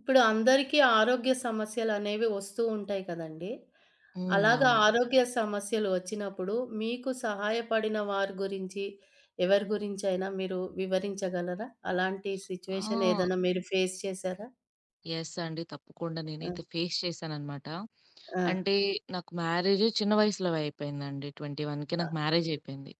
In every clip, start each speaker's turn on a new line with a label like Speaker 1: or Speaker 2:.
Speaker 1: ఇప్పుడు అందరికీ ఆరోగ్య సమస్యలనేవి వస్తూ ఉంటాయి కదండీ!
Speaker 2: హ్మ్.
Speaker 1: అలాగా
Speaker 2: అవును.
Speaker 1: ఆరోగ్య సమస్యలు వచ్చినప్పుడు మీకు సహాయపడిన వారి గురించి, ఎవరి గురించైనా మీరు వివరించగలరా? అలాంటి సిట్యుయేషన్
Speaker 2: ఆ!
Speaker 1: ఏదైనా మీరు ఫేస్ చేశారా?
Speaker 2: యెస్ అండి. తప్పకుండా
Speaker 1: ఆ!
Speaker 2: నేనైతే ఫేస్ చేశాననమాట.
Speaker 1: ఆ!
Speaker 2: అంటే నాకు మ్యారేజ్ చిన్న వయసులో అయిపోయిందండి. 21కి
Speaker 1: అ
Speaker 2: నాకు మ్యారేజ్ అయిపోయింది.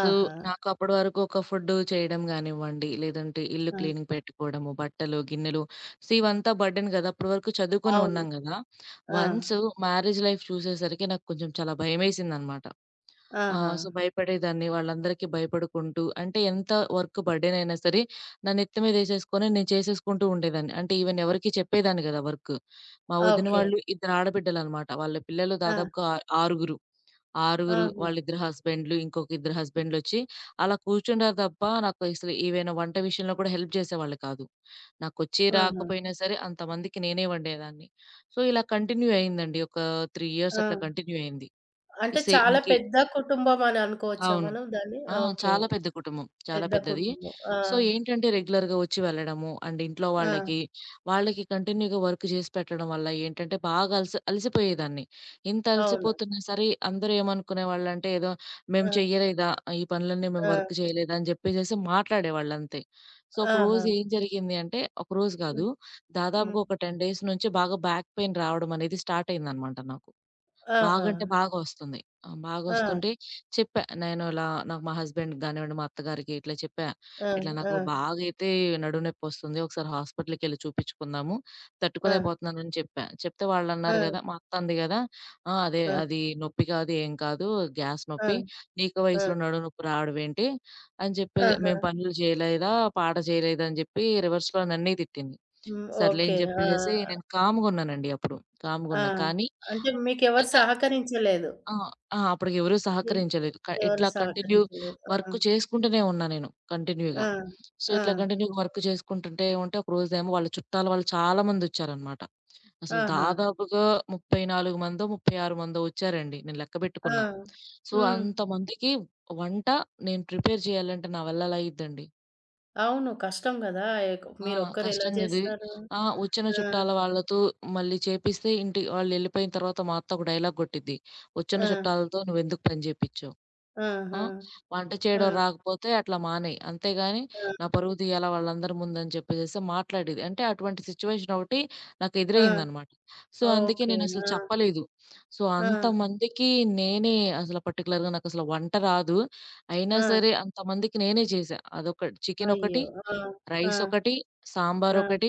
Speaker 2: సో,
Speaker 1: ఆహా!
Speaker 2: నాకు అప్పటి వరకు ఒక ఫుడ్డు చేయడం గానివ్వండి, లేదంటే ఇల్లు
Speaker 1: ఆ!
Speaker 2: క్లీనింగ్ పెట్టుకోవడము, బట్టలు, గిన్నెలు. సో, ఇవంతా బర్డెన్ గదా! అప్పటి వరకు చదువుకొని
Speaker 1: అవును.
Speaker 2: ఉన్నాం గదా!
Speaker 1: ఆ!
Speaker 2: వన్స్ మ్యారేజ్ లైఫ్ చూసేసరికి నాకు కొంచెం చాలా భయమేసిందనమాట. ఆ!
Speaker 1: ఆహా!
Speaker 2: సో, భయపడేదాన్ని. వాళ్ళందరికీ భయపడుకుంటూ అంటే ఎంత వర్క్ బర్డెనయినా సరే, నా నెత్తి మీదేసేసుకొని నేను చేసేసుకుంటూ ఉండేదాన్ని. అంటే ఈవెన్ ఎవరికీ చెప్పేదాన్ని కాదు ఆ వర్క్. మా వదిన
Speaker 1: ఓకే.
Speaker 2: వాళ్ళు ఇద్దరు ఆడబిడ్డలనమాట. వాళ్ళ పిల్లలు
Speaker 1: ఆ!
Speaker 2: దాదాపుగా ఆ ఆరుగురు. ఆరుగురు,
Speaker 1: ఆహా!
Speaker 2: వాళ్ళిద్దరు హస్బెండ్‌లు, ఇంకొక ఇద్దరు హస్బెండ్‌లొచ్చి అలా కూర్చుంటారు తప్ప, నాకు అసలు ఏవైనా వంట విషయంలో కూడా హెల్ప్ చేసేవాళ్ళు కాదు. నాకొచ్చి
Speaker 1: ఆహా!
Speaker 2: రాకపోయినా సరే అంతమందికి నేనే వండేదాన్ని. సో, ఇలా కంటిన్యూ అయిందండి. ఒక 3 ఇయర్స్
Speaker 1: ఆ!
Speaker 2: అట్లా కంటిన్యూ అయింది. ఈ
Speaker 1: అంటే
Speaker 2: సేమ్
Speaker 1: చాలా
Speaker 2: ఇంకి
Speaker 1: పెద్ద కుటుంబం అని అనుకోవచ్చా
Speaker 2: అవును.
Speaker 1: మనం దాన్ని?
Speaker 2: ఆ!
Speaker 1: ఓకే.
Speaker 2: చాలా పెద్ద కుటుంబం. చాలా
Speaker 1: పెద్ద
Speaker 2: పెద్దది.
Speaker 1: కుటుంబం. ఆ!
Speaker 2: సో, ఏంటంటే రెగ్యులర్‌గా వచ్చి వెళ్ళడము అండ్ ఇంట్లో
Speaker 1: ఆ!
Speaker 2: వాళ్ళకి, వాళ్ళకి కంటిన్యూ‌గా వర్క్ చేసి పెట్టడం వల్ల ఏంటంటే బాగా అలసిపోయేదాన్ని. ఇంత
Speaker 1: అవును.
Speaker 2: అలసిపోతున్నా సరే అందరూ ఏమనుకునేవాళ్ళంటే, ఏదో మేము
Speaker 1: ఆ!
Speaker 2: చెయ్యలేదా? ఈ పనులన్నీ మేము
Speaker 1: ఆ!
Speaker 2: వర్క్ చేయలేదా? అని చెప్పేసేసి మాట్లాడేవాళ్ళు అంతే. సో,
Speaker 1: ఆహా!
Speaker 2: ఒకరోజు ఏం జరిగింది అంటే, ఒకరోజు కాదు.
Speaker 1: హ్మ్. హ్మ్.
Speaker 2: దాదాపుగా ఒక 10 డేస్ నుంచి బాగా బ్యాక్ పెయిన్ రావడం అనేది స్టార్ట్ అయిందనమాట నాకు.
Speaker 1: ఆహా!
Speaker 2: బాగంటే బాగొస్తుంది. ఆ! బాగొస్తుంటే
Speaker 1: ఆ!
Speaker 2: చెప్పా. నేను ఇలా నాకు మా హస్బెండ్‌కి గానివ్వండి, మా అత్తగారికి ఇట్లా చెప్పా.
Speaker 1: ఆ!
Speaker 2: ఇట్లా
Speaker 1: ఆ!
Speaker 2: నాకు బాగైతే నడుము నొప్పొస్తుంది. ఒకసారి హాస్పిటల్‌కెళ్లి చూపించుకుందాము.
Speaker 1: ఆ!
Speaker 2: తట్టుకోలేకపోతున్నానని చెప్పా. చెప్తే
Speaker 1: ఆ!
Speaker 2: వాళ్ళన్నారు గదా! మా అత్త అంది గదా! "ఆ! అదే అది నొప్పి కాదు, ఏం కాదు. గ్యాస్
Speaker 1: ఆ!
Speaker 2: నొప్పి. నీకు
Speaker 1: ఆ! ఆ!
Speaker 2: వయసులో నడుము నొప్పి రావడమేంటి?" అని చెప్పి,
Speaker 1: ఆహా!
Speaker 2: "మేము పనులు చేయలేదా? పాట చేయలేదా?" అని చెప్పి రివర్స్‌లో నన్నే తిట్టింది.
Speaker 1: హ్మ్.
Speaker 2: సర్లే
Speaker 1: ఓకే.
Speaker 2: అని
Speaker 1: ఆ!
Speaker 2: చెప్పేసేసి నేను కామ్‌గున్నానండి అప్పుడు.
Speaker 1: ఆ!
Speaker 2: కామ్‌గున్నా. కానీ
Speaker 1: అంటే మీకెవరు
Speaker 2: ఇంక
Speaker 1: సహకరించలేదు.
Speaker 2: ఆ! ఆ! అప్పటికెవరు
Speaker 1: ఎ
Speaker 2: సహకరించలేదు.
Speaker 1: ఎవరు
Speaker 2: ఇట్లా కంటిన్యూ
Speaker 1: సహకరించలేదు. ఆ!
Speaker 2: వర్క్ చేసుకుంటూనే ఉన్నా నేను కంటిన్యూ‌గా.
Speaker 1: ఆ!
Speaker 2: సో,
Speaker 1: ఆ!
Speaker 2: ఇట్లా కంటిన్యూ‌గా వర్క్ చేసుకుంటుంటే ఉంటే ఒకరోజేమో వాళ్ళ చుట్టాలు వాళ్ళు చాలా మందొచ్చారనమాట. అసలు
Speaker 1: ఆహా!
Speaker 2: దాదాపుగా 34 మందో, 36 మందో వచ్చారండి. నేను లెక్క
Speaker 1: ఆ!
Speaker 2: పెట్టుకున్నా. సో,
Speaker 1: హ్మ్.
Speaker 2: అంతమందికి వంట నేను ప్రిపేర్ చేయాలంటే నా వల్ల ఎలా అయ్యిద్దండి?
Speaker 1: అవును. కష్టం గదా! ఎక్
Speaker 2: ఆ!
Speaker 1: మీరొక్కరు ఎలా
Speaker 2: కష్టం గది.
Speaker 1: జేస్తారు?
Speaker 2: ఆ! వచ్చిన
Speaker 1: ఆ!
Speaker 2: చుట్టాల వాళ్ళతో మళ్ళీ చేపిస్తే ఇంటి వాళ్ళెళ్ళిపోయిన తర్వాత మా అత్త ఒక డైలాగ్ కొట్టిద్ది. "వచ్చిన
Speaker 1: ఆ!
Speaker 2: చుట్టాలతో నువ్వెందుకు పని చేపిచ్చావు? ఆ!
Speaker 1: ఆహా!
Speaker 2: వంట
Speaker 1: ఆ!
Speaker 2: చేయడం రాకపోతే అట్లా మానేయి. అంతేగాని
Speaker 1: ఆ!
Speaker 2: నా పరువు తీయాలా వాళ్ళందరి ముందని" చెప్పేసేసి మాట్లాడేది. అంటే అటువంటి సిట్యుయేషన్ ఒకటి నాకు
Speaker 1: ఆ!
Speaker 2: ఎదురయిందనమాట. సో, అందుకే
Speaker 1: ఓకే.
Speaker 2: నేనసలు
Speaker 1: ఆ!
Speaker 2: చెప్పలేదు. సో,
Speaker 1: ఆ!
Speaker 2: అంతమందికి నేనే అసలు పర్టిక్యులర్‌గా నాకసలు వంట రాదు. అయినా
Speaker 1: ఆ!
Speaker 2: సరే అంతమందికి నేనే చేశా. అదొక చికెనొకటి,
Speaker 1: అయ్యో! ఆ! ఆ!
Speaker 2: రైస్ ఒకటి,
Speaker 1: ఆ!
Speaker 2: సాంబారొకటి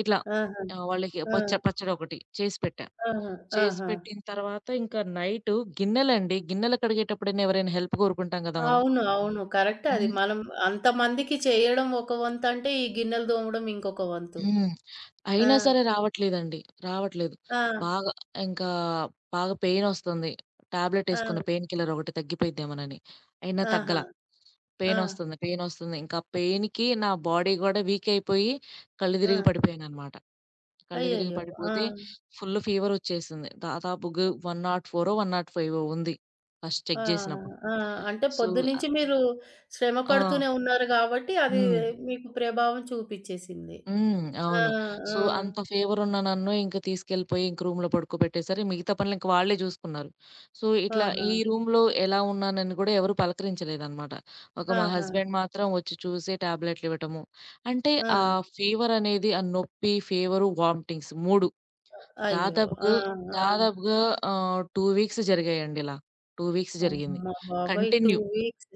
Speaker 2: ఇట్లా
Speaker 1: ఆహా!
Speaker 2: వాళ్ళకి
Speaker 1: ఆ!
Speaker 2: పచ్చ పచ్చడొకటి చేసి పెట్టా.
Speaker 1: ఆహా!
Speaker 2: చేసి
Speaker 1: ఆహా!
Speaker 2: పెట్టిన తర్వాత ఇంకా నైటు గిన్నెలండి. గిన్నెలు కడిగేటప్పుడైనా ఎవరైనా హెల్ప్ కోరుకుంటాం గదా మనం.
Speaker 1: అవును. అవును. కరెక్టే అది.
Speaker 2: హ్మ్.
Speaker 1: మనం అంతమందికి చేయడం ఒక వంతంటే, ఈ గిన్నెలు తోమడం ఇంకొక వంతు.
Speaker 2: హ్మ్.
Speaker 1: ఆ!
Speaker 2: అయినా సరే రావట్లేదండి. రావట్లేదు.
Speaker 1: ఆ!
Speaker 2: బాగా ఇంకా బాగా పెయినొస్తుంది. టాబ్లెటేసుకున్న
Speaker 1: ఆ!
Speaker 2: పెయిన్ కిల్లర్ ఒకటి తగ్గిపోయిద్దేమోనని. అయినా
Speaker 1: ఆహా!
Speaker 2: తగ్గల.
Speaker 1: ఆ!
Speaker 2: పెయినొస్తుంది. ఇంకా పెయిన్‌కి నా బాడీ గూడా వీక్ అయిపోయి కళ్ళు
Speaker 1: ఆ!
Speaker 2: తిరిగి పడిపోయాననమాట. కళ్ళు తిరిగి
Speaker 1: అయ్యయ్యో! ఆ!
Speaker 2: పడిపోతే ఫుల్ ఫీవరొచ్చేసింది. దాదాపుగా 104 105 ఉంది. ఫస్ట్ చెక్
Speaker 1: ఆహా!
Speaker 2: జేసినప్పుడు.
Speaker 1: ఆ! అంటే
Speaker 2: సో
Speaker 1: పొద్దునుంచి
Speaker 2: ఆహ్,
Speaker 1: మీరు శ్రమ
Speaker 2: ఆ!
Speaker 1: పడుతూనే ఉన్నారు గాబట్టి, అది
Speaker 2: హ్మ్.
Speaker 1: మీకు ప్రభావం చూపిచ్చేసింది.
Speaker 2: హ్మ్.
Speaker 1: ఆ!
Speaker 2: అవును.
Speaker 1: ఆ!
Speaker 2: సో, అంత ఫీవరున్న నన్ను ఇంక తీసుకెళ్ళిపోయి ఇంక రూమ్‌లో పడుకోబెట్టేసారు. మిగతా పనులింక వాళ్ళే జూసుకున్నారు. సో, ఇట్లా
Speaker 1: ఆహా!
Speaker 2: ఈ రూమ్‌లో ఎలా ఉన్నానని గూడా ఎవరు పలకరించలేదనమాట. ఒక మా
Speaker 1: ఆహా!
Speaker 2: హస్బెండ్ మాత్రం వచ్చి చూసి టాబ్లెట్లివ్వటము. అంటే
Speaker 1: ఆ!
Speaker 2: ఆ ఫీవరనేది, ఆ నొప్పి, ఫీవరు, వామిటింగ్స్ 3
Speaker 1: అయ్యో! ఆ!
Speaker 2: దాదాపుగా,
Speaker 1: ఆ!
Speaker 2: దాదాపుగా 2 వీక్స్ జరిగాయండి ఇలా. 2 వీక్స్ జరిగింది.
Speaker 1: అమ్మ బాబోయ్! 2
Speaker 2: కంటిన్యూ.
Speaker 1: వీక్స్.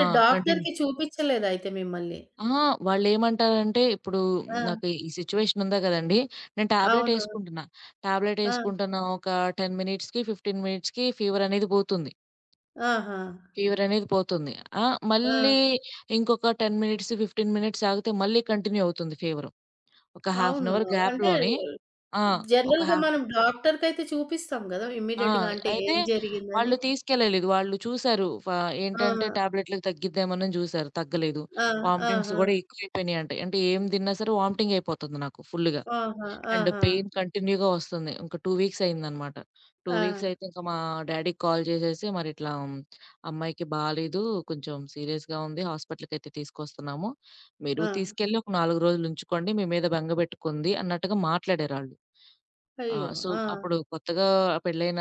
Speaker 2: ఆ! కంటిన్యూ.
Speaker 1: డాక్టర్‌కి చూపించలేదయితే మిమ్మల్ని.
Speaker 2: అహా! వాళ్ళేమంటారంటే, ఇప్పుడు
Speaker 1: ఆ!
Speaker 2: నాకు ఈ సిట్యుయేషన్ ఉందా కదండీ! నేను టాబ్లెట్
Speaker 1: అవును.
Speaker 2: ఏసుకుంటున్నా. టాబ్లెట్
Speaker 1: ఆ!
Speaker 2: ఏసుకుంటున్న ఒక 10 మినిట్స్‌కి, 15 మినిట్స్‌కి ఫీవర్ అనేది పోతుంది.
Speaker 1: ఆహా!
Speaker 2: ఫీవర్ అనేది పోతుంది. ఆ!
Speaker 1: ఆ!
Speaker 2: మళ్ళీ ఇంకొక 10 మినిట్స్, 15 మినిట్స్ ఆగితే మళ్ళీ కంటిన్యూ అవుతుంది ఫీవరు. ఒక హాఫ్ అన్
Speaker 1: అవును.
Speaker 2: అవర్
Speaker 1: అంటే
Speaker 2: గ్యాప్‌లోనే ఆ! ఒక
Speaker 1: జనరల్‌గా
Speaker 2: హాఫ్
Speaker 1: మనం డాక్టర్‌కయితే చూపిస్తాం గదా!
Speaker 2: ఆ!
Speaker 1: ఇమ్మీడియేట్‌గా అంటే
Speaker 2: అయితే
Speaker 1: ఏం జరిగిందని.
Speaker 2: వాళ్ళు తీసుకెళ్ళలేదు. వాళ్ళు చూసారు
Speaker 1: ఆ!
Speaker 2: ఏంటంటే టాబ్లెట్‌లకి తగ్గిద్దేమోనని చూసారు. తగ్గలేదు.
Speaker 1: ఆ!
Speaker 2: వామిటింగ్స్
Speaker 1: ఆహా!
Speaker 2: గూడా ఎక్కువైపోయినాయంట. అంటే ఏం తిన్నా సరే వామిటింగ్ అయిపోతుంది నాకు ఫుల్‌గా.
Speaker 1: ఆహా!
Speaker 2: అండ్
Speaker 1: ఆహా!
Speaker 2: పెయిన్ కంటిన్యూ‌గా వస్తుంది. ఇంక 2 వీక్స్ అయిందనమాట. 2
Speaker 1: ఆ!
Speaker 2: వీక్స్ అయితే ఇంక మా డ్యాడీకి కాల్ చేసేసి మరిట్లా, "అమ్మాయికి బాలేదు. కొంచెం సీరియస్‌గా ఉంది. హాస్పిటల్‌కైతే తీసుకొస్తున్నాము. మీరు
Speaker 1: ఆ!
Speaker 2: తీసుకెళ్ళి ఒక 4 రోజులుంచుకోండి. మీ మీద బెంగ బెట్టుకుంది" అన్నట్టుగా మాట్లాడారాళ్ళు. ఆ!
Speaker 1: అయ్యో!
Speaker 2: సో,
Speaker 1: ఆ!
Speaker 2: అప్పుడు కొత్తగా పెళ్ళైన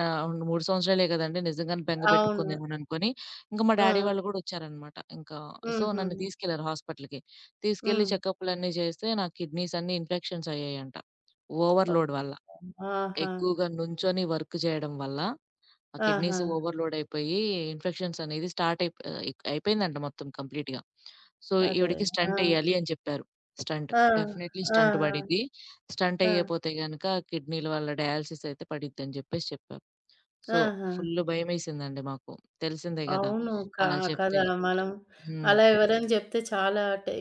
Speaker 2: 3 సంవత్సరాలే గదండీ! నిజంగానే బెంగ
Speaker 1: అవును.
Speaker 2: పెట్టుకుందేమోననుకోని, ఇంక మా
Speaker 1: ఆ!
Speaker 2: డ్యాడీ వాళ్ళు గూడా ఒచ్చారనమాట. ఇంకా సో,
Speaker 1: హుహు.
Speaker 2: నన్ను తీసుకెళ్లారు హాస్పిటల్‌కి.
Speaker 1: హ్మ్.
Speaker 2: తీసుకెళ్ళి చెకప్‌లన్నీ చేస్తే నా కిడ్నీస్ అన్నీ ఇన్ఫెక్షన్స్ అయ్యాయంట. ఓవర్‌లోడ్
Speaker 1: అబ్బా!
Speaker 2: వల్ల.
Speaker 1: ఆహా!
Speaker 2: ఎక్కువగా నుంచొని వర్క్ చేయడం వల్ల ఆ
Speaker 1: ఆహా!
Speaker 2: కిడ్నీస్ ఓవర్‌లోడ్ అయిపోయి ఇన్ఫెక్షన్స్ అనేది స్టార్ట్ అయిపోయిందంట మొత్తం కంప్లీట్‌గా. సో,
Speaker 1: అరే!
Speaker 2: ఈవిడకి
Speaker 1: ఆ!
Speaker 2: స్టంట్ ఎయ్యాలి అని చెప్పారు. స్టంట్.
Speaker 1: ఆ!
Speaker 2: డెఫినైట్‌లీ స్టంట్
Speaker 1: ఆహా!
Speaker 2: పడిద్ది. స్టంట్
Speaker 1: ఆ!
Speaker 2: ఎయ్యపోతే గనక కిడ్నీల వల్ల డయాలిసిస్ అయితే పడిద్దని చెప్పేసి చెప్పారు. సో,
Speaker 1: ఆహా!
Speaker 2: ఫుల్ భయమేసిందండి మాకు. తెలిసిందే గదా!
Speaker 1: అవును. కా
Speaker 2: అలా చెప్తే.
Speaker 1: కదా! మనం
Speaker 2: హ్మ్.
Speaker 1: అలా ఎవరైనా జెప్తే చాలా టె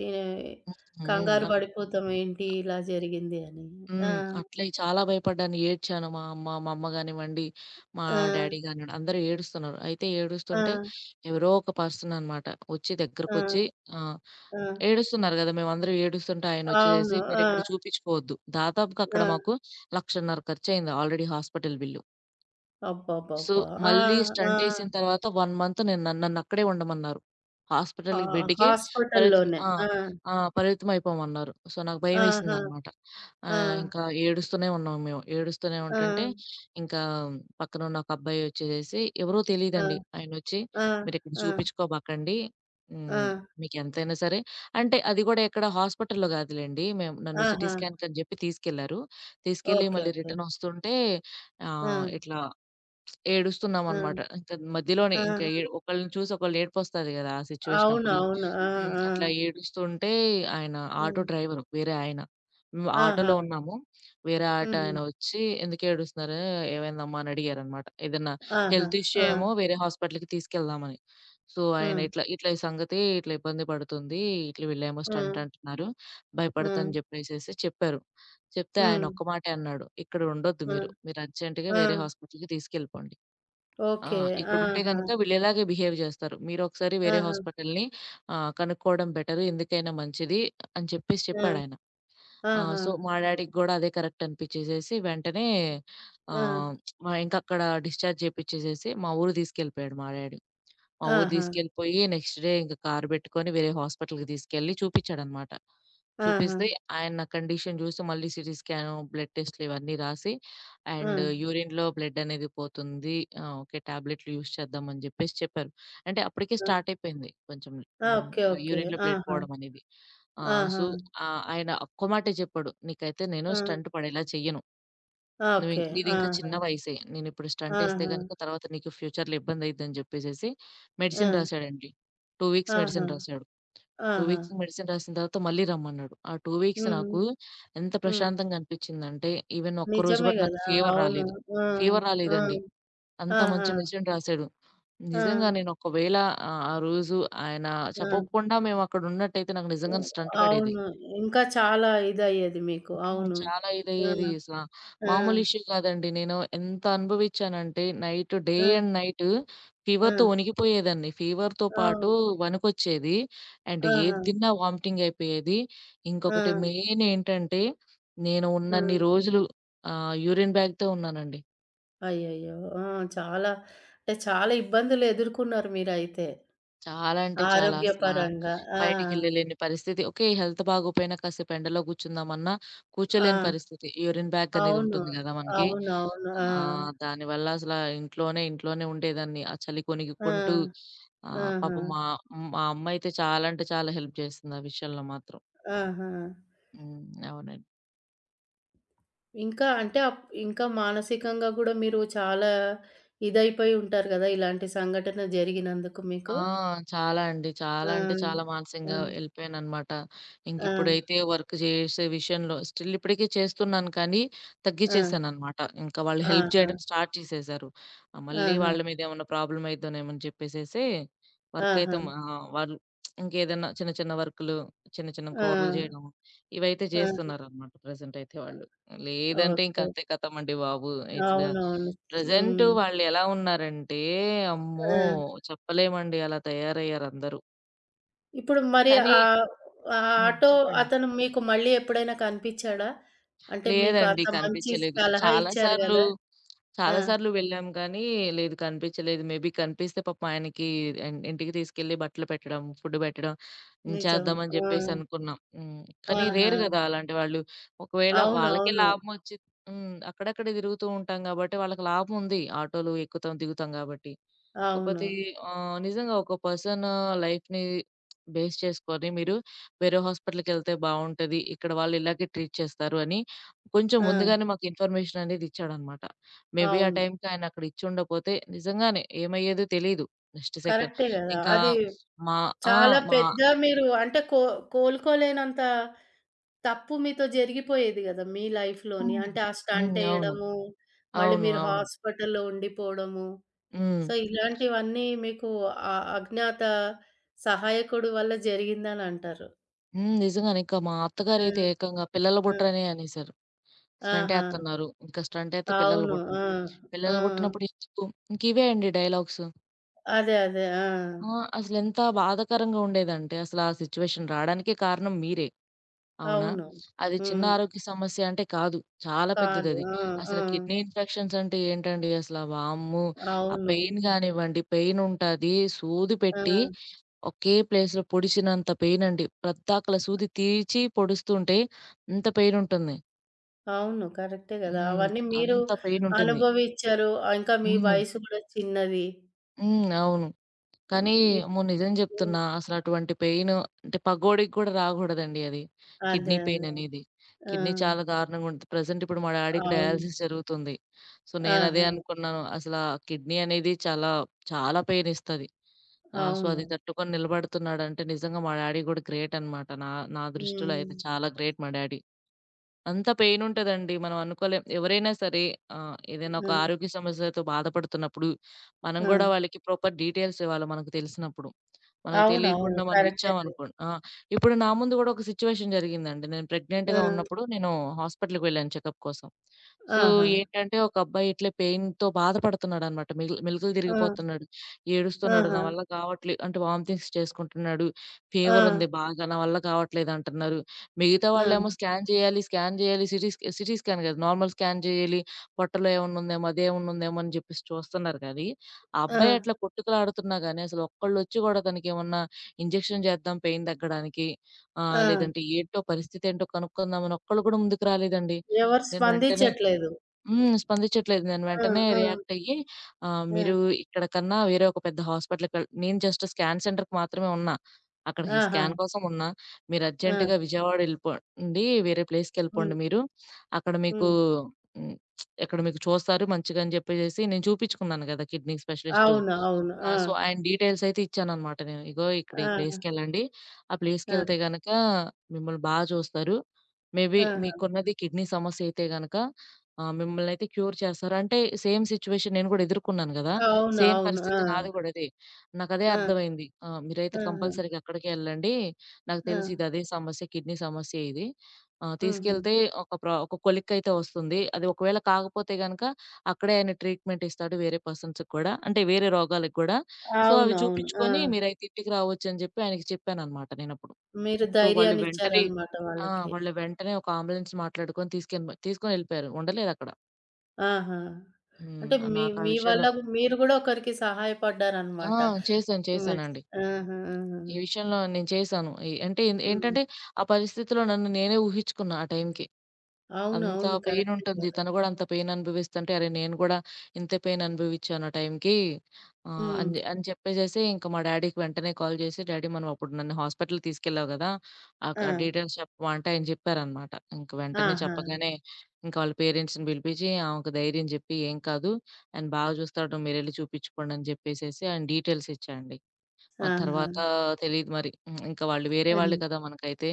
Speaker 1: కంగారు
Speaker 2: హ్మ్.
Speaker 1: పడిపోతాం. ఏంటి ఇలా జరిగింది అని. ఆ!
Speaker 2: హ్మ్. అట్లే చాలా భయపడ్డాను. ఏడ్చాను. మా అమ్మ, మా అమ్మ గానివ్వండి, మా
Speaker 1: ఆ!
Speaker 2: డ్యాడీ గానివ్వండి, అందరూ ఏడుస్తున్నారు. అయితే
Speaker 1: ఆ!
Speaker 2: ఏడుస్తుంటే ఎవరో ఒక పర్సన్ అనమాట వచ్చి
Speaker 1: ఆ!
Speaker 2: దగ్గరకొచ్చి ఆహ్,
Speaker 1: ఆ!
Speaker 2: ఏడుస్తున్నారు గదా! మేమందరం ఏడుస్తుంటే ఆయనొచ్చేసేసి,
Speaker 1: అవును. ఆ!
Speaker 2: "మీరిక్కడ చూపిచ్చుకోవద్దు." దాదాపుగా
Speaker 1: ఆ!
Speaker 2: అక్కడ మాకు 1,50,000 ఖర్చయింది ఆల్రెడీ హాస్పిటల్ బిల్లు. సో,
Speaker 1: అబ్బబ్బబ్బా! ఆ!
Speaker 2: మళ్ళీ
Speaker 1: ఆ!
Speaker 2: స్టంటేసిన తర్వాత 1 మంత్ నేను నన్నక్కడే ఉండమన్నారు.
Speaker 1: ఆ!
Speaker 2: హాస్పిటల్‌కి బెడ్‌కే పరిమితం
Speaker 1: హాస్పిటల్‌లోనే.
Speaker 2: ఆ!
Speaker 1: ఆ!
Speaker 2: ఆ! పరిమితం అయిపోమన్నారు. సో, నాకు
Speaker 1: ఆహా!
Speaker 2: భయమేసిందనమాట.
Speaker 1: ఆ!
Speaker 2: ఇంకా ఏడుస్తూనే ఉన్నాం మేము. ఏడుస్తూనే
Speaker 1: ఆ!
Speaker 2: ఉంటంటే, ఇంకా పక్కనున్న ఒక అబ్బాయి వచ్చేసేసి, ఎవరో
Speaker 1: ఆ!
Speaker 2: తెలీదండి. ఆయనొచ్చి,
Speaker 1: ఆ!
Speaker 2: "మీరిక్కడ
Speaker 1: ఆ!
Speaker 2: చూపిచ్చుకోబాకండి.
Speaker 1: ఆ!
Speaker 2: హ్మ్. మీకెంతైనా సరే" అంటే అది గూడా ఎక్కడ హాస్పిటల్‌లో గాదులెండి. మేము నన్ను సిటీ
Speaker 1: ఆహా!
Speaker 2: స్కాన్‌కని జెప్పి తీసుకెళ్లారు. తీసుకెళ్ళి
Speaker 1: ఓకే.
Speaker 2: మళ్ళీ
Speaker 1: ఓకే.
Speaker 2: రిటర్నొస్తుంటే
Speaker 1: ఆ!
Speaker 2: ఇట్లా
Speaker 1: ఆ!
Speaker 2: ఏడుస్తున్నామనమాట. ఇంక మధ్యలోనే ఇంక
Speaker 1: ఆహా!
Speaker 2: ఏ ఒకళ్ళని చూసి ఒకళ్ళు ఏడుపొస్తది గదా! ఆ సిచ్యువేషన్ అప్పుడు.
Speaker 1: అవునవును. ఆ!
Speaker 2: హ్మ్.
Speaker 1: ఆ!
Speaker 2: అట్లా ఏడుస్తుంటే ఆయన ఆటో
Speaker 1: హ్మ్.
Speaker 2: డ్రైవరు వేరే ఆయన. హ్మ్. ఆటోలో
Speaker 1: ఆహా!
Speaker 2: ఉన్నాము. వేరే ఆటో
Speaker 1: హుహు.
Speaker 2: ఆయన వచ్చి, "ఎందుకేడుస్తున్నారు? ఏమైందమ్మా?" అని అడిగారనమాట. ఏదన్నా
Speaker 1: ఆహా!
Speaker 2: హెల్త్ ఇష్యూ
Speaker 1: ఆ!
Speaker 2: ఏమో వేరే హాస్పిటల్‌కి తీసుకెళ్దామని. సో, ఆయన
Speaker 1: హ్మ్.
Speaker 2: ఇట్లా, "ఇట్లా ఈ సంగతి ఇట్లా ఇబ్బంది పడుతుంది. ఇట్లా వీళ్ళేమో
Speaker 1: హ్మ్.
Speaker 2: స్టంట్ అంటున్నారు.
Speaker 1: హ్మ్.
Speaker 2: భయపడతని" జెప్పేసేసి చెప్పారు. చెప్తే ఆయన
Speaker 1: హ్మ్.
Speaker 2: ఒక్క మాటే అన్నాడు. "ఇక్కడ ఉండొద్దు
Speaker 1: హ్మ్.
Speaker 2: మీరు. మీరు అర్జెంట్‌గా
Speaker 1: ఆ!
Speaker 2: వేరే హాస్పిటల్‌కి తీసుకెళ్ళిపోండి." ఆ!
Speaker 1: ఓకే.
Speaker 2: ఇక్కడుంటే
Speaker 1: ఆహా!
Speaker 2: గనక వీళ్ళిలాగే బిహేవ్ జేస్తారు. మీరొకసారి వేరే
Speaker 1: ఆహా!
Speaker 2: హాస్పిటల్‌ని కనుక్కోవడం బెటరు. ఎందుకైనా మంచిది అని చెప్పేసి
Speaker 1: ఆ!
Speaker 2: చెప్పాడాయన. ఆ!
Speaker 1: ఆహా!
Speaker 2: సో, మా డ్యాడీకి గూడా అదే కరెక్ట్ అనిపిచ్చేసేసి వెంటనే
Speaker 1: ఆ!
Speaker 2: ఆహ్, మా ఇంకక్కడ డిశ్చార్జ్ జేపిచ్చేసేసి మా ఊరు తీసుకెళ్ళిపోయాడు మా డ్యాడీ. మా ఊరు
Speaker 1: ఆహా!
Speaker 2: తీసుకెళ్ళిపోయి నెక్స్ట్ డే ఇంక కారు పెట్టుకొని వేరే హాస్పిటల్‌కి తీసుకెళ్ళి చూపించాడనమాట.
Speaker 1: ఆహా!
Speaker 2: చూపిస్తే ఆయన నా కండిషన్ చూసి మళ్ళీ సీటీ స్కాను, బ్లడ్ టెస్ట్‌లు ఇవన్నీ రాసి,
Speaker 1: ఆ! ఆ!
Speaker 2: అండ్ యూరిన్‌లో బ్లడ్ అనేది పోతుంది. ఆ! ఓకే. టాబ్లెట్లు యూజ్ చేద్దాం అని చెప్పేసి చెప్పారు. అంటే అప్పటికే స్టార్ట్ అయిపోయింది కొంచెం.
Speaker 1: ఆ!
Speaker 2: హ్మ్.
Speaker 1: ఓకే. ఓకే.
Speaker 2: యూరిన్‌లో బ్లడ్
Speaker 1: ఆహా!
Speaker 2: పోవడం అనేది. ఆ!
Speaker 1: ఆహా!
Speaker 2: సో, ఆయన ఒక్క మాటే చెప్పాడు. "నీకైతే నేను
Speaker 1: ఆ!
Speaker 2: స్టంట్ పడేలా చెయ్యను.
Speaker 1: ఓకే.
Speaker 2: నీదింకా
Speaker 1: ఆహా!
Speaker 2: చిన్న వయసే. నేనిప్పుడు స్టంటేస్తే
Speaker 1: ఆహా!
Speaker 2: గనుక తర్వాత నీకు ఫ్యూచర్‌లో ఇబ్బందయిద్దని" జెప్పేసేసి
Speaker 1: ఆ!
Speaker 2: మెడిసిన్ రాసాడండి. 2 వీక్స్
Speaker 1: ఆహా!
Speaker 2: మెడిసిన్ రాసాడు. 2
Speaker 1: ఆహా!
Speaker 2: వీక్స్ మెడిసిన్ రాసిన తర్వాత మళ్ళీ రమ్మన్నాడు. ఆ 2 వీక్స్
Speaker 1: హ్మ్.
Speaker 2: నాకు ఎంత
Speaker 1: హ్మ్.
Speaker 2: ప్రశాంతంగా అనిపిచ్చిందంటే, ఈవెన్ ఒక్కరోజు
Speaker 1: నిజమే
Speaker 2: గూడా నాకు
Speaker 1: గదా!
Speaker 2: ఫీవర్
Speaker 1: అవును.
Speaker 2: రాలేదు.
Speaker 1: ఆ!
Speaker 2: ఫీవర్
Speaker 1: ఆ!
Speaker 2: రాలేదండి. అంత మంచి
Speaker 1: ఆహా!
Speaker 2: మెడిసిన్ రాసాడు.
Speaker 1: ఆ!
Speaker 2: నిజంగా నేనొకవేళ ఆహ్, ఆ ఆ రోజు ఆయన
Speaker 1: ఆ!
Speaker 2: చెప్పకుండా మేమక్కడున్నట్టయితే నాకు
Speaker 1: హ్మ్.
Speaker 2: నిజంగానే స్టంట్ పడేది.
Speaker 1: అవును. ఇంకా చాలా ఇదయ్యేది మీకు.
Speaker 2: హ్మ్.
Speaker 1: అవును.
Speaker 2: చాలా
Speaker 1: ఆ!
Speaker 2: ఇదయ్యేది అసల.
Speaker 1: ఆ!
Speaker 2: మామూలు ఇష్యూ కాదండి. నేను ఎంత అనుభవిచ్చానంటే, డే
Speaker 1: ఆ!
Speaker 2: అండ్ నైట్
Speaker 1: ఆ!
Speaker 2: ఫీవర్‌తో వణికిపోయేదాన్ని. ఫీవర్‌తో
Speaker 1: ఆ!
Speaker 2: పాటు వణుకొచ్చేది. అండ్
Speaker 1: ఆహా!
Speaker 2: ఏది తిన్నా వామిటింగ్ అయిపోయేది.
Speaker 1: ఆ!
Speaker 2: ఇంకొకటి మెయిన్ ఏంటంటే, నేను
Speaker 1: ఆ!
Speaker 2: ఉన్నన్ని రోజులు యూరిన్ బ్యాగ్‌తో ఉన్నానండి.
Speaker 1: అయ్యయ్యో! ఆ! చాలా అంటే చాలా ఇబ్బందులు ఎదుర్కొన్నారు మీరైతే.
Speaker 2: చాలా అంటే చాలా అసలా.
Speaker 1: ఆరోగ్యపరంగా. ఆ!
Speaker 2: బయటికెళ్ళలేని పరిస్థితి. ఓకే. హెల్త్ బాగోపోయినా కాసేపు ఎండలో కూర్చుందామన్నా
Speaker 1: ఆ!
Speaker 2: కూర్చోలేని పరిస్థితి. యూరిన్ బ్యాగ్ అనేది
Speaker 1: అవును.
Speaker 2: ఉంటుంది గదా మనకి.
Speaker 1: అవునవును. ఆ!
Speaker 2: ఆ! దానివల్ల అసలా ఇంట్లోనే ఇంట్లోనే ఉండేదాన్ని. ఆ చలి
Speaker 1: ఆ!
Speaker 2: కొణికికుంటూ
Speaker 1: ఆహా!
Speaker 2: పాపం మా మా అమ్మ అయితే చాలా అంటే చాలా హెల్ప్ చేసింది ఆ విషయంలో మాత్రం.
Speaker 1: ఆహా!
Speaker 2: హ్మ్. అవునండి.
Speaker 1: ఇంకా అంటే అప్ ఇంకా మానసికంగా గూడా మీరు చాలా ఇదైపోయి ఉంటారు గదా! ఇలాంటి సంఘటన జరిగినందుకు మీకు.
Speaker 2: ఆ! చాలా అండి.
Speaker 1: ఆ!
Speaker 2: చాలా అంటే చాలా మానసికంగా
Speaker 1: ఆ!
Speaker 2: ఎళ్ళిపోయాననమాట.
Speaker 1: ఆ!
Speaker 2: ఇంకిప్పుడైతే వర్క్ చేసే విషయంలో స్టిల్ ఇప్పటికి చేస్తున్నాను కానీ,
Speaker 1: ఆ!
Speaker 2: తగ్గిచ్చేసాననమాట. ఇంకా వాళ్ళు హెల్ప్
Speaker 1: ఆహా!
Speaker 2: చేయడం స్టార్ట్ చేసేసారు. మళ్ళీ
Speaker 1: ఆహా!
Speaker 2: వాళ్ళ మీద ఏమన్నా ప్రాబ్లమ్ అయిద్దోనేమో అని చెప్పేసేసి
Speaker 1: ఆహా!
Speaker 2: వర్కయితే మా వాళ్ళు ఇంకేదన్నా చిన్న చిన్న వర్కులు, చిన్న చిన్న
Speaker 1: ఆ!
Speaker 2: కూరలు చేయడం ఇవైతే
Speaker 1: ఆ!
Speaker 2: జేస్తున్నారనమాట ప్రెజెంటయితే వాళ్ళు. లేదంటే
Speaker 1: ఓకే.
Speaker 2: ఇంకంతే కథమండి బాబు. ఇట్లా
Speaker 1: అవునవును.
Speaker 2: ప్రెజెంట్
Speaker 1: హ్మ్.
Speaker 2: వాళ్ళెలా ఉన్నారంటే, అమ్మో!
Speaker 1: ఆ!
Speaker 2: చెప్పలేమండి అలా తయారయ్యారందరూ.
Speaker 1: ఇప్పుడు మరి
Speaker 2: కానీ
Speaker 1: ఆహ్, ఆ
Speaker 2: హ్మ్.
Speaker 1: ఆటో
Speaker 2: చెప్పండి.
Speaker 1: అతను మీకు మళ్ళీ ఎప్పుడైనా కనిపిచ్చాడా? అంటే మీకు
Speaker 2: లేదండి.
Speaker 1: అంత మంచి
Speaker 2: కనిపించలేదు.
Speaker 1: సలహా
Speaker 2: చాలా
Speaker 1: ఇచ్చారు
Speaker 2: సార్లు,
Speaker 1: గదా! ఆ!
Speaker 2: చాలా సార్లు వెళ్ళాం కానీ లేదు కనిపించలేదు. మేబీ కనిపిస్తే పాపం ఆయనకి ఇంటికి తీసుకెళ్ళి బట్టలు పెట్టడం, ఫుడ్ పెట్టడం హ్మ్.
Speaker 1: నిజం.
Speaker 2: చేద్దామని
Speaker 1: ఆ!
Speaker 2: జెప్పేసి అనుకున్నాం. హ్మ్. కానీ
Speaker 1: ఆహా!
Speaker 2: రేర్ గదా! అలాంటి వాళ్ళు. ఒకవేళ వాళ్ళకే
Speaker 1: అవునవును.
Speaker 2: లాభమొచ్చి హ్మ్. అక్కడక్కడ తిరుగుతూ ఉంటాం గాబట్టి వాళ్ళకి లాభం ఉంది. ఆటోలు ఎక్కుతాం, దిగుతాం గాబట్టి.
Speaker 1: అవును.
Speaker 2: కాకపోతే నిజంగా ఒక పర్సన్ లైఫ్‌ని బేస్ చేసుకొని మీరు వేరే హాస్పిటల్‌కెళ్తే బావుంటది. ఇక్కడ వాళ్ళు ఇలాగే ట్రీట్ చేస్తారు అని కొంచెం
Speaker 1: ఆ!
Speaker 2: ముందుగానే మాకు ఇన్ఫర్మేషన్ అనేది ఇచ్చాడనమాట. మేబీ ఆ
Speaker 1: అవును.
Speaker 2: టైంకి ఆయన అక్కడ ఇచ్చుండపోతే నిజంగానే ఏమయ్యేదో తెలీదు. నెక్స్ట్ సెకండ్
Speaker 1: కరెక్టే గదా!
Speaker 2: ఇంకా
Speaker 1: అది
Speaker 2: మా ఆ!
Speaker 1: చాలా
Speaker 2: మా
Speaker 1: పెద్ద మీరు అంటే కో కోలుకోలేనంత తప్పు మీతో జరిగిపోయేది గదా! మీ లైఫ్‌లోని.
Speaker 2: హ్మ్.
Speaker 1: అంటే ఆ
Speaker 2: హ్మ్. అవును.
Speaker 1: స్టంటేయడము, మళ్ళీ
Speaker 2: అవును.
Speaker 1: మీరు
Speaker 2: అవును.
Speaker 1: హాస్పిటల్‌లో ఉండిపోవడము.
Speaker 2: హ్మ్.
Speaker 1: సో, ఇలాంటివన్నీ మీకు అ అజ్ఞాత సహాయకుడు వల్ల జరిగిందనంటారు.
Speaker 2: హ్మ్. నిజంగానే ఇంకా మా అత్తగారైతే
Speaker 1: హ్మ్.
Speaker 2: ఏకంగా పిల్లల
Speaker 1: హ్మ్.
Speaker 2: బొట్టనే అనేసారు. స్టంట్
Speaker 1: ఆహా!
Speaker 2: ఏత్తన్నారు. ఇంకా స్టంట్ ఏత్తే పిల్లల
Speaker 1: అవును.
Speaker 2: బొట్టను.
Speaker 1: ఆ! ఆ!
Speaker 2: పిల్లల బొట్టనప్పుడు ఎందుకు? ఇంకివే అండి డైలాగ్స్.
Speaker 1: అదే. అదే. ఆ!
Speaker 2: ఆ! అసలెంత బాధాకరంగా ఉండేదంటే, అసలా సిట్యుయేషన్ రాడానికే కారణం మీరే. అవునా?
Speaker 1: అవును.
Speaker 2: అది చిన్న
Speaker 1: హ్మ్.
Speaker 2: ఆరోగ్య సమస్య అంటే కాదు. చాలా
Speaker 1: కాదు.
Speaker 2: పెద్దదది.
Speaker 1: ఆ! ఆ!
Speaker 2: అసలు కిడ్నీ ఇన్ఫెక్షన్స్ అంటే ఏంటండి అసల వామ్మో! ఆ
Speaker 1: అవును.
Speaker 2: పెయిన్ గానివ్వండి, పెయిన్ ఉంటది. సూది పెట్టి
Speaker 1: ఆ!
Speaker 2: ఒకే ప్లేస్‌లో పొడిచినంత పెయిన్ అండి. ప్రద్దాకల సూది తీచి పొడుస్తుంటే అంత పెయిన్ ఉంటుంది.
Speaker 1: అవును. కరెక్టే గదా!
Speaker 2: హ్మ్.
Speaker 1: అవన్నీ మీరు
Speaker 2: అంత పెయిన్ ఉంటుంది.
Speaker 1: అనుభవిచ్చారు. ఇంకా మీ
Speaker 2: హ్మ్.
Speaker 1: వయసు గూడా చిన్నది.
Speaker 2: హ్మ్. అవును.
Speaker 1: హ్మ్.
Speaker 2: కానీ అమ్మో! నిజం
Speaker 1: హ్మ్.
Speaker 2: జెప్తున్నా అసలటువంటి పెయిన్ అంటే పగోడికి గూడా రాగూడదండి అది.
Speaker 1: అదే. అదే.
Speaker 2: కిడ్నీ పెయిన్ అనేది.
Speaker 1: ఆ!
Speaker 2: కిడ్నీ చాలా దారుణంగా ఉంటది. ప్రెజెంట్ ఇప్పుడు మా డాడీకి
Speaker 1: అవును.
Speaker 2: డయాలిసిస్ జరుగుతుంది. సో, నేనదే
Speaker 1: ఆహా!
Speaker 2: అనుకున్నాను. అసలా కిడ్నీ అనేది చాలా, చాలా పెయిన్ ఇస్తది. సో,
Speaker 1: అవును.
Speaker 2: అది తట్టుకొని నిలబడుతున్నాడంటే నిజంగా మా డాడీ గూడా గ్రేట్ అనమాట. నా దృష్టిలో
Speaker 1: హ్మ్.
Speaker 2: అయితే చాలా గ్రేట్ మా డాడీ. అంత పెయినుంటదండి. మనం అనుకోలేం. ఎవరైనా సరే ఏదైనా
Speaker 1: ఆ!
Speaker 2: ఒక ఆరోగ్య సమస్యలతో బాధపడుతున్నప్పుడు, మనం
Speaker 1: ఆ!
Speaker 2: గూడా వాళ్ళకి ప్రాపర్ డీటెయిల్స్ ఇవ్వాలి మనకు తెలిసినప్పుడు. మనకు
Speaker 1: అవునవును.
Speaker 2: తెలియకుండా మనం
Speaker 1: కరెక్టే అది.
Speaker 2: ఇచ్చామనుకోండి. ఆ! ఇప్పుడు నా ముందు గూడా ఒక సిట్యుయేషన్ జరిగిందండి. నేను
Speaker 1: ఆ!
Speaker 2: ప్రెగ్నెంట్‌గా ఉన్నప్పుడు నేను హాస్పిటల్‌కి వెళ్ళాను చెకప్ కోసం. సో,
Speaker 1: ఆహా!
Speaker 2: ఏంటంటే ఒక అబ్బాయి ఇట్లే పెయిన్‌తో బాధపడుతున్నాడనమాట. మెలికలు మెలికలు
Speaker 1: ఆ!
Speaker 2: తిరిగిపోతున్నాడు. ఏడుస్తున్నాడు.
Speaker 1: ఆహా!
Speaker 2: నా వల్ల కావట్లే అంటే వామిటింగ్స్ చేసుకుంటున్నాడు.
Speaker 1: ఆ!
Speaker 2: ఫీవరుంది బాగా. నా వల్ల కావట్లేదంటున్నారు. మిగతా
Speaker 1: ఆ!
Speaker 2: వాళ్ళేమో, స్కాన్ చేయాలి, సిటీ స్కాన్ కాదు. నార్మల్ స్కాన్ చేయాలి. పొట్టలో ఏమన్నా ఉందేమో, అదేమన్నా ఉందేమో అని చెప్పేసి చూస్తున్నారు కానీ, ఆ
Speaker 1: ఆ!
Speaker 2: అబ్బాయి అట్లా కొట్టుకులాడుతున్నా గానీ, అసలు ఒక్కళ్ళొచ్చి గూడా తనకేమన్నా ఇంజెక్షన్ చేద్దాం పెయిన్ తగ్గడానికి
Speaker 1: ఆ!
Speaker 2: లేదంటే ఏంటో పరిస్థితి ఏంటో కనుక్కుందామని ఒక్కళ్ళు కూడా ముందుకు రాలేదండి.
Speaker 1: ఎవరు
Speaker 2: నేను వెంటనే
Speaker 1: స్పందించట్లేదు.
Speaker 2: హ్మ్. స్పందించట్లేదు. నేను
Speaker 1: ఆ!
Speaker 2: వెంటనే
Speaker 1: ఆ!
Speaker 2: రియాక్ట్ అయ్యి
Speaker 1: ఆ!
Speaker 2: "మీరు ఇక్కడ కన్నా వేరే ఒక పెద్ద నేను జస్ట్ స్కాన్ సెంటర్‌కి మాత్రమే ఉన్నా. అక్కడికి
Speaker 1: ఆహా!
Speaker 2: స్కాన్ కోసం ఉన్నా. మీరు
Speaker 1: ఆ!
Speaker 2: అర్జెంట్‌గా విజయవాడ ఎళ్ళిపోండి. వేరే
Speaker 1: హ్మ్.
Speaker 2: ప్లేస్‌కెళ్ళిపోండి మీరు. అక్కడ మీకు"
Speaker 1: హ్మ్.
Speaker 2: హ్మ్. "ఇక్కడ మీకు చూస్తారు మంచిగా" అని చెప్పేసేసి నేను చూపించుకున్నాను గదా! Kidney specialist.
Speaker 1: అవును. అవును.
Speaker 2: ఆ!
Speaker 1: ఆ!
Speaker 2: సో, ఆయన డీటెయిల్స్ అయితే ఇచ్చాననమాట నేను. ఇగో ఇక్కడ ఈ
Speaker 1: ఆహా!
Speaker 2: ప్లేస్‌కెళ్ళండి. ఆ ప్లేస్‌కెళ్తే
Speaker 1: ఆ!
Speaker 2: గనక మిమ్మల్ని బా చూస్తారు. మేబీ
Speaker 1: ఆహా!
Speaker 2: మీకున్నది కిడ్నీ సమస్య అయితే గనక మిమ్మల్నయితే క్యూర్ చేస్తారు. అంటే సేమ్ సిట్యుయేషన్ నేను గూడా ఎదుర్కొన్నాను గదా!
Speaker 1: అవును.
Speaker 2: సేమ్
Speaker 1: అవును. ఆ!
Speaker 2: పరిస్థితి నాది గూడా అదే. నాకదే
Speaker 1: ఆ!
Speaker 2: అర్థమైంది. ఆ! మీరైతే
Speaker 1: ఆహా!
Speaker 2: కంపల్సరీగా అక్కడికే ఎళ్ళండి. నాకు
Speaker 1: ఆ!
Speaker 2: తెలిసి ఇది అదే సమస్య కిడ్నీ సమస్య ఇది. ఆ!
Speaker 1: హుహు.
Speaker 2: తీసుకెళ్తే ఒక కొలిక్ అయితే వస్తుంది. అది ఒకవేళ కాకపోతే గనక అక్కడే ఆయన ట్రీట్‌మెంట్ ఇస్తాడు వేరే పర్సన్స్‌కి కూడా. అంటే వేరే రోగాలకి గూడా. సో, అవి
Speaker 1: అవునవును. ఆ!
Speaker 2: చూపిచ్చుకొని మీరైతే ఇంటికి రావచ్చని జెప్పి ఆయనకి చెప్పాననమాట నేనప్పుడు.
Speaker 1: మీరు
Speaker 2: సో, వాళ్ళు వెంటనే
Speaker 1: ధైర్యాన్నిచ్చారనమాట
Speaker 2: ఆ!
Speaker 1: వాళ్ళకి.
Speaker 2: వాళ్ళు వెంటనే ఒక అంబులెన్స్ మాట్లాడుకొని తీసుకొని ఎళ్ళిపోయారు. ఉండలేదక్కడ.
Speaker 1: ఆహా!
Speaker 2: హ్మ్.
Speaker 1: అంటే మీ
Speaker 2: నాకు ఆ
Speaker 1: మీ వల్ల
Speaker 2: విషయంలో
Speaker 1: మీరు గూడా ఒకరికి సహాయపడ్డారనమాట.
Speaker 2: ఆ! చేశాను.
Speaker 1: మెడ్స్
Speaker 2: చేశానండి.
Speaker 1: ఆహా! ఆహా!
Speaker 2: ఈ విషయంలో నేను చేశాను.
Speaker 1: హ్మ్.
Speaker 2: ఏంటంటే, ఆ పరిస్థితిలో నన్ను నేనే ఊహిచ్చుకున్నా ఆ టైంకి.
Speaker 1: అవును.
Speaker 2: అంత
Speaker 1: అవును. కరెక్టే
Speaker 2: పెయినుంటుంది.
Speaker 1: కదా!
Speaker 2: తను గూడా అంత పెయిననుభవిస్తుంటే, అరే! నేను గూడా ఇంతే పెయిననుభవిచ్చాను ఆ టైంకి. ఆహ్,
Speaker 1: హ్మ్.
Speaker 2: అని జె అని చెప్పేసేసి ఇంక మా డ్యాడీకి వెంటనే కాల్ చేసి, "డ్యాడీ మనం అప్పుడు నన్ను హాస్పిటల్‌కి తీసుకెళ్ళావు గదా!
Speaker 1: ఆ!
Speaker 2: ఆ డీటెయిల్స్ చెప్పమా" అంటే ఆయన చెప్పారనమాట. ఇంక వెంటనే
Speaker 1: ఆహా!
Speaker 2: చెప్పగానే ఇంక వాళ్ళ పేరెంట్స్‌ని పిలిపిచ్చి, ఆమెకు ధైర్యం జెప్పి, "ఏం కాదు ఆయన బాగా చూస్తాడు. మీరెళ్లి చూపిచ్చుకోండి" అని చెప్పేసేసి ఆయన డీటెయిల్స్ ఇచ్చా అండి. మరి
Speaker 1: ఆహా!
Speaker 2: తర్వాత తెలీదు మరి. హ్మ్. ఇంక వాళ్ళు వేరే
Speaker 1: హ్మ్.
Speaker 2: వాళ్ళే కదా మనకైతే.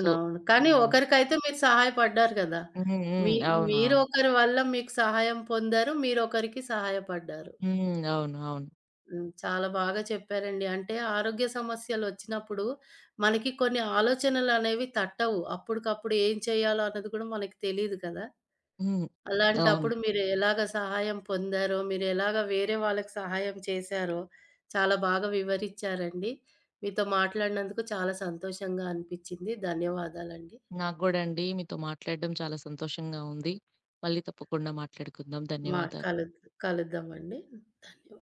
Speaker 2: సో
Speaker 1: కానీ
Speaker 2: హ్మ్.
Speaker 1: ఒకరికైతే మీరు సహాయపడ్డారు గదా!
Speaker 2: హ్మ్.
Speaker 1: మీ
Speaker 2: హ్మ్.
Speaker 1: మీరు
Speaker 2: అవునవును.
Speaker 1: ఒకరి వల్ల మీకు సహాయం పొందారు. మీరొకరికి సహాయపడ్డారు.
Speaker 2: హ్మ్. అవును. అవును.
Speaker 1: హ్మ్. చాలా బాగా చెప్పారండి. అంటే ఆరోగ్య సమస్యలొచ్చినప్పుడు మనకి కొన్ని ఆలోచనలనేవి తట్టవు. అప్పటికప్పుడు ఏం చేయాలో అన్నది కూడా మనకి తెలీదు కదా!
Speaker 2: హ్మ్. అవును.
Speaker 1: అలాంటప్పుడు మీరు ఎలాగ సహాయం పొందారో, మీరు ఎలాగ వేరే వాళ్ళకి సహాయం చేశారో చాలా బాగా వివరిచ్చారండి. మీతో మాట్లాడినందుకు చాలా సంతోషంగా అనిపిచ్చింది. ధన్యవాదాలండి.
Speaker 2: నాకు గూడా అండి మీతో మాట్లాడడం చాలా సంతోషంగా ఉంది. మళ్ళీ తప్పకుండా మాట్లాడుకుందాం.
Speaker 1: మా
Speaker 2: ధన్యవాదాలు.
Speaker 1: కలు కలుద్దామండి. ధన్యవాదాలు.